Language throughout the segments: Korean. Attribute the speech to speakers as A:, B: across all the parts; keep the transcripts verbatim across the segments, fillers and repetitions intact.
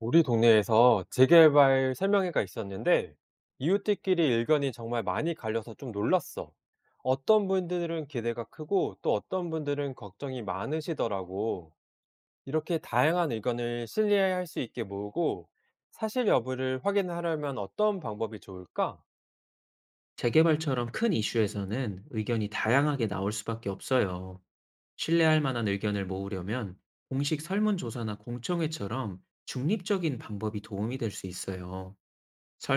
A: 우리 동네에서 재개발 설명회가 있었는데 이웃들끼리 의견이 정말 많이 갈려서 좀 놀랐어. 어떤 분들은 기대가 크고 또 어떤 분들은 걱정이 많으시더라고. 이렇게 다양한 의견을 신뢰할 수 있게 모으고 사실 여부를 확인하려면 어떤 방법이 좋을까?
B: 재개발처럼 큰 이슈에서는 의견이 다양하게 나올 수밖에 없어요. 신뢰할 만한 의견을 모으려면 공식 설문조사나 공청회처럼 중립적인 방법이 도움이 될 수 있어요.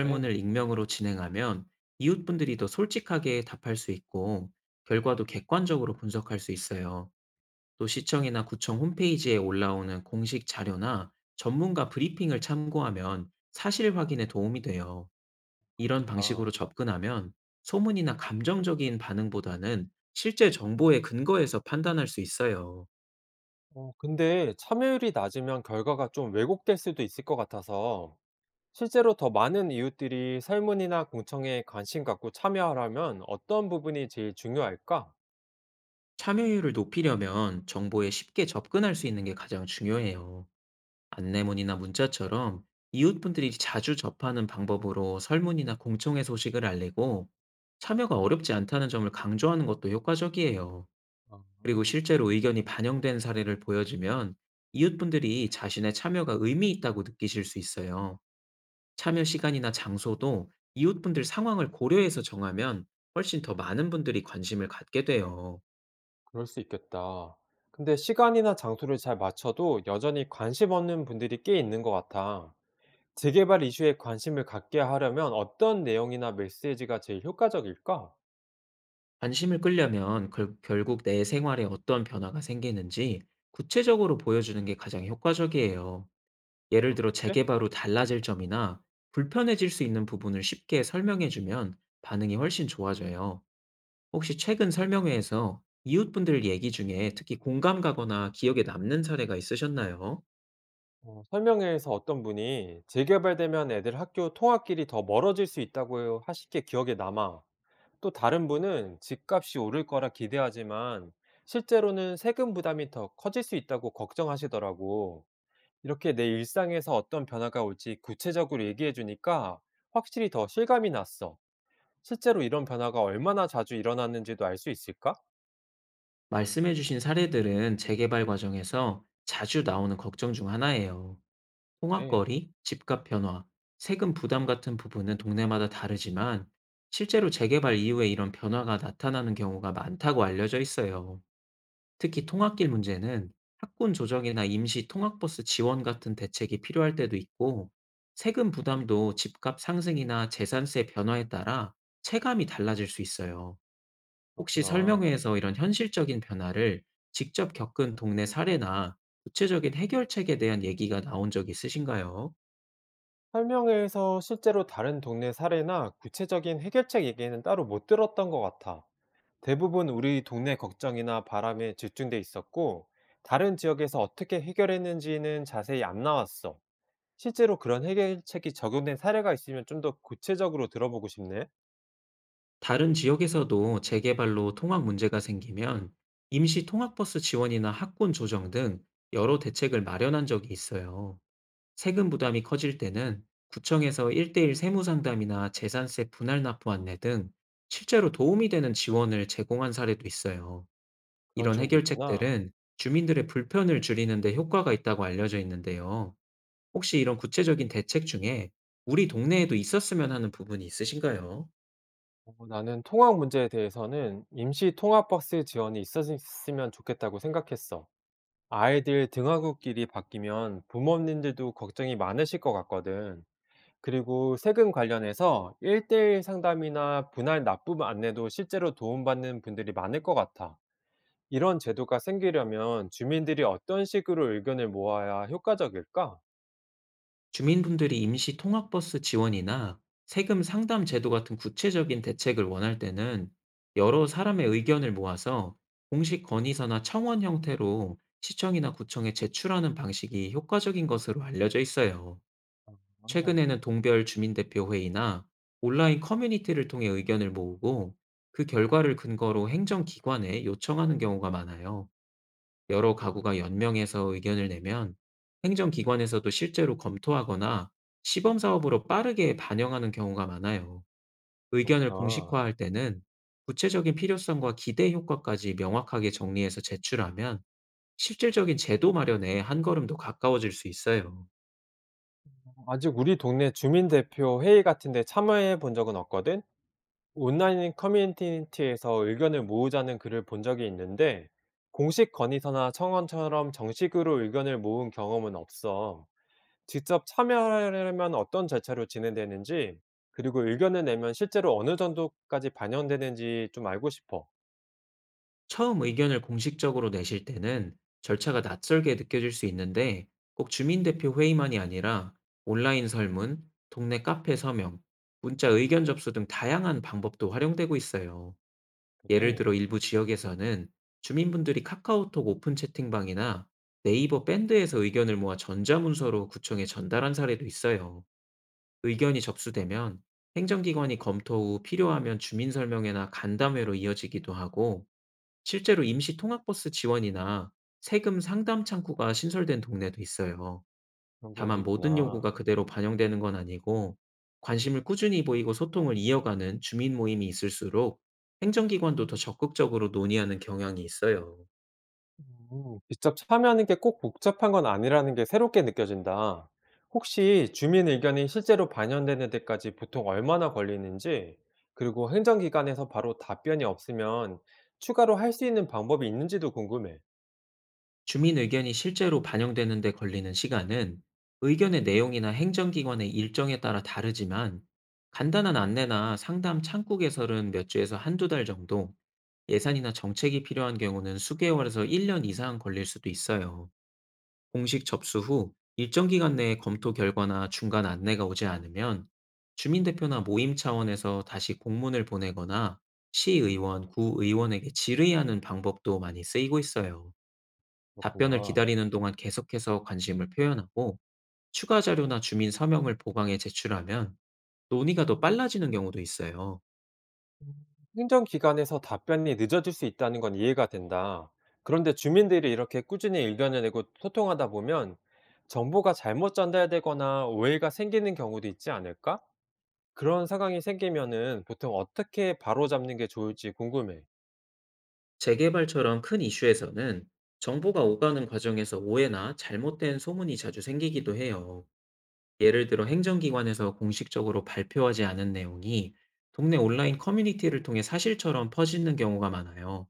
A: 그래,
B: 익명으로 진행하면 이웃분들이 더 솔직하게 답할 수 있고, 결과도 객관적으로 분석할 수 있어요. 또 시청이나 구청 홈페이지에 올라오는 공식 자료나 전문가 브리핑을 참고하면 사실 확인에 도움이 돼요. 이런 방식으로
A: 그렇겠다.
B: 접근하면 소문이나 감정적인 반응보다는 실제 정보의 근거에서 판단할 수 있어요.
A: 어, 근데 참여율이 낮으면 결과가 좀 왜곡될 수도 있을 것 같아서 실제로 더 많은 이웃들이 설문이나 공청회에 관심 갖고 참여하려면 어떤 부분이 제일 중요할까?
B: 참여율을 높이려면 정보에 쉽게 접근할 수 있는 게 가장 중요해요. 안내문이나 문자처럼 이웃분들이 자주 접하는 방법으로 설문이나 공청회 소식을 알리고, 참여가 어렵지 않다는 점을 강조하는 것도 효과적이에요.
A: 아,
B: 그리고 실제로 의견이 반영된 사례를 보여주면 이웃분들이 자신의 참여가 의미 있다고 느끼실 수 있어요. 참여 시간이나 장소도 이웃분들 상황을 고려해서 정하면 훨씬 더 많은 분들이 관심을 갖게 돼요.
A: 그럴 수 있겠다. 근데 시간이나 장소를 잘 맞춰도 여전히 관심 없는 분들이 꽤 있는 것 같아. 재개발 이슈에 관심을 갖게 하려면 어떤 내용이나 메시지가 제일 효과적일까?
B: 관심을 끌려면 결, 결국 내 생활에 어떤 변화가 생기는지 구체적으로 보여주는 게 가장 효과적이에요. 예를 들어
A: 그렇겠지?
B: 재개발 후 달라질 점이나 불편해질 수 있는 부분을 쉽게 설명해주면 반응이 훨씬 좋아져요. 혹시 최근 설명회에서 이웃분들 얘기 중에 특히 공감 가거나 기억에 남는 사례가 있으셨나요?
A: 어, 설명회에서 어떤 분이 재개발되면 애들 학교 통학길이 더 멀어질 수 있다고 하시게 기억에 남아. 또 다른 분은 집값이 오를 거라 기대하지만 실제로는 세금 부담이 더 커질 수 있다고 걱정하시더라고. 이렇게 내 일상에서 어떤 변화가 올지 구체적으로 얘기해 주니까 확실히 더 실감이 났어. 실제로 이런 변화가 얼마나 자주 일어나는지도 알 수 있을까?
B: 말씀해주신 사례들은 재개발 과정에서 자주 나오는 걱정 중 하나예요.
A: 네,
B: 통학거리, 집값 변화, 세금 부담 같은 부분은 동네마다 다르지만, 실제로 재개발 이후에 이런 변화가 나타나는 경우가 많다고 알려져 있어요. 특히 통학길 문제는 학군 조정이나 임시 통학버스 지원 같은 대책이 필요할 때도 있고, 세금 부담도 집값 상승이나 재산세 변화에 따라 체감이 달라질 수 있어요. 혹시
A: 그렇구나.
B: 설명회에서 이런 현실적인 변화를 직접 겪은 동네 사례나 구체적인 해결책에 대한 얘기가 나온 적 있으신가요?
A: 설명회에서 실제로 다른 동네 사례나 구체적인 해결책 얘기는 따로 못 들었던 것 같아. 대부분 우리 동네 걱정이나 바람에 집중돼 있었고, 다른 지역에서 어떻게 해결했는지는 자세히 안 나왔어. 실제로 그런 해결책이 적용된 사례가 있으면 좀 더 구체적으로 들어보고 싶네.
B: 다른 지역에서도 재개발로 통학 문제가 생기면 임시 통학버스 지원이나 학군 조정 등 여러 대책을 마련한 적이 있어요. 세금 부담이 커질 때는 구청에서 일대일 세무 상담이나 재산세 분할 납부 안내 등 실제로 도움이 되는 지원을 제공한 사례도 있어요.
A: 그런
B: 이런
A: 지원도 있구나.
B: 해결책들은 주민들의 불편을 줄이는 데 효과가 있다고 알려져 있는데요. 혹시 이런 구체적인 대책 중에 우리 동네에도 있었으면 하는 부분이 있으신가요?
A: 어, 나는 통학 문제에 대해서는 임시 통학버스 지원이 있었으면 좋겠다고 생각했어. 아이들 등하굣길이 바뀌면 부모님들도 걱정이 많으실 것 같거든. 그리고 세금 관련해서 일 대 일 상담이나 분할 납부 안내도 실제로 도움받는 분들이 많을 것 같아. 이런 제도가 생기려면 주민들이 어떤 식으로 의견을 모아야 효과적일까?
B: 주민분들이 임시 통학버스 지원이나 세금 상담 제도 같은 구체적인 대책을 원할 때는 여러 사람의 의견을 모아서 공식 건의서나 청원 형태로 시청이나 구청에 제출하는 방식이 효과적인 것으로 알려져 있어요.
A: 아,
B: 최근에는 동별 주민대표 회의나 온라인 커뮤니티를 통해 의견을 모으고, 그 결과를 근거로 행정기관에 요청하는 경우가 많아요. 여러 가구가 연명해서 의견을 내면 행정기관에서도 실제로 검토하거나 시범사업으로 빠르게 반영하는 경우가 많아요. 의견을
A: 아.
B: 공식화할 때는 구체적인 필요성과 기대 효과까지 명확하게 정리해서 제출하면 실질적인 제도 마련에 한 걸음 더 가까워질 수 있어요.
A: 아직 우리 동네 주민대표 회의 같은 데 참여해 본 적은 없거든? 온라인 커뮤니티에서 의견을 모으자는 글을 본 적이 있는데, 공식 건의서나 청원처럼 정식으로 의견을 모은 경험은 없어. 직접 참여하려면 어떤 절차로 진행되는지 그리고 의견을 내면 실제로 어느 정도까지 반영되는지 좀 알고 싶어.
B: 처음 의견을 공식적으로 내실 때는 절차가 낯설게 느껴질 수 있는데, 꼭 주민대표 회의만이 아니라 온라인 설문, 동네 카페 서명, 문자 의견 접수 등 다양한 방법도 활용되고 있어요. 예를
A: 그래.
B: 들어 일부 지역에서는 주민분들이 카카오톡 오픈 채팅방이나 네이버 밴드에서 의견을 모아 전자문서로 구청에 전달한 사례도 있어요. 의견이 접수되면 행정기관이 검토 후 필요하면 주민설명회나 간담회로 이어지기도 하고, 실제로 임시 통학버스 지원이나 세금 상담 창구가 신설된 동네도 있어요.
A: 그런 경우도
B: 다만 모든
A: 있구나.
B: 요구가 그대로 반영되는 건 아니고, 관심을 꾸준히 보이고 소통을 이어가는 주민 모임이 있을수록 행정기관도 더 적극적으로 논의하는 경향이 있어요.
A: 음. 직접 참여하는 게 꼭 복잡한 건 아니라는 게 새롭게 느껴진다. 혹시 주민 의견이 실제로 반영되는 데까지 보통 얼마나 걸리는지 그리고 행정기관에서 바로 답변이 없으면 추가로 할 수 있는 방법이 있는지도 궁금해.
B: 주민 의견이 실제로 반영되는 데 걸리는 시간은 의견의 내용이나 행정기관의 일정에 따라 다르지만, 간단한 안내나 상담 창구 개설은 몇 주에서 한두 달 정도, 예산이나 정책이 필요한 경우는 수개월에서 일 년 이상 걸릴 수도 있어요. 공식 접수 후 일정 기간 내에 검토 결과나 중간 안내가 오지 않으면 주민대표나 모임 차원에서 다시 공문을 보내거나 시의원, 구의원에게 질의하는 방법도 많이 쓰이고 있어요. 답변을
A: 그렇구나.
B: 기다리는 동안 계속해서 관심을 표현하고 추가 자료나 주민 서명을 보강해 제출하면 논의가 더 빨라지는 경우도 있어요.
A: 음. 행정기관에서 답변이 늦어질 수 있다는 건 이해가 된다. 그런데 주민들이 이렇게 꾸준히 의견을 내고 소통하다 보면 정보가 잘못 전달되거나 오해가 생기는 경우도 있지 않을까? 그런 상황이 생기면은 보통 어떻게 바로잡는 게 좋을지 궁금해.
B: 재개발처럼 큰 이슈에서는 정보가 오가는 과정에서 오해나 잘못된 소문이 자주 생기기도 해요. 예를 들어 행정기관에서 공식적으로 발표하지 않은 내용이 동네 온라인 커뮤니티를 통해 사실처럼 퍼지는 경우가 많아요.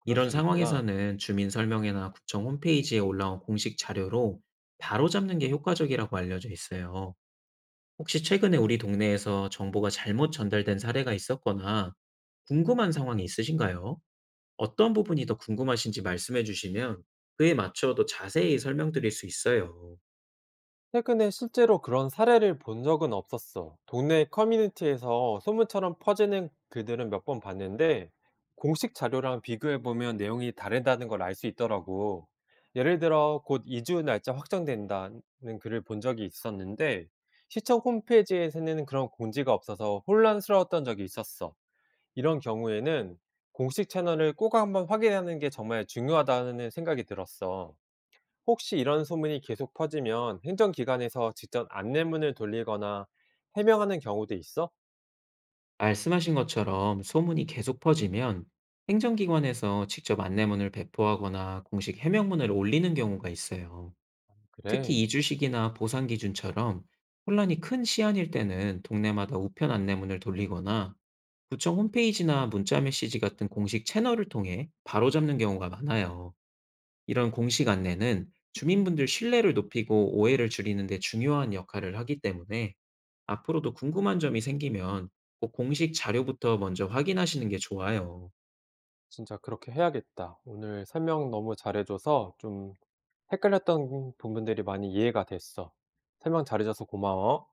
A: 그럴
B: 이런
A: 수도 있구나.
B: 상황에서는 주민 설명회나 구청 홈페이지에 올라온 공식 자료로 바로잡는 게 효과적이라고 알려져 있어요. 혹시 최근에 우리 동네에서 정보가 잘못 전달된 사례가 있었거나 궁금한 상황이 있으신가요? 어떤 부분이 더 궁금하신지 말씀해 주시면 그에 맞춰 더 자세히 설명드릴 수 있어요.
A: 최근에 실제로 그런 사례를 본 적은 없었어. 동네 커뮤니티에서 소문처럼 퍼지는 글들은 몇 번 봤는데, 공식 자료랑 비교해보면 내용이 다르다는 걸 알 수 있더라고. 예를 들어, 곧 이주 날짜 확정된다는 글을 본 적이 있었는데, 시청 홈페이지에서는 그런 공지가 없어서 혼란스러웠던 적이 있었어. 이런 경우에는 공식 채널을 꼭 한번 확인하는 게 정말 중요하다는 생각이 들었어. 혹시 이런 소문이 계속 퍼지면 행정기관에서 직접 안내문을 돌리거나 해명하는 경우도 있어?
B: 말씀하신 것처럼 소문이 계속 퍼지면 행정기관에서 직접 안내문을 배포하거나 공식 해명문을 올리는 경우가 있어요. 특히
A: 그래.
B: 이주식이나 보상 기준처럼 혼란이 큰 시안일 때는 동네마다 우편 안내문을 돌리거나 구청 홈페이지나 문자 메시지 같은 공식 채널을 통해 바로잡는 경우가 많아요. 이런 공식 안내는 주민분들 신뢰를 높이고 오해를 줄이는 데 중요한 역할을 하기 때문에 앞으로도 궁금한 점이 생기면 꼭 공식 자료부터 먼저 확인하시는 게 좋아요.
A: 진짜 그렇게 해야겠다. 오늘 설명 너무 잘해줘서 좀 헷갈렸던 부분들이 많이 이해가 됐어. 설명 잘해줘서 고마워.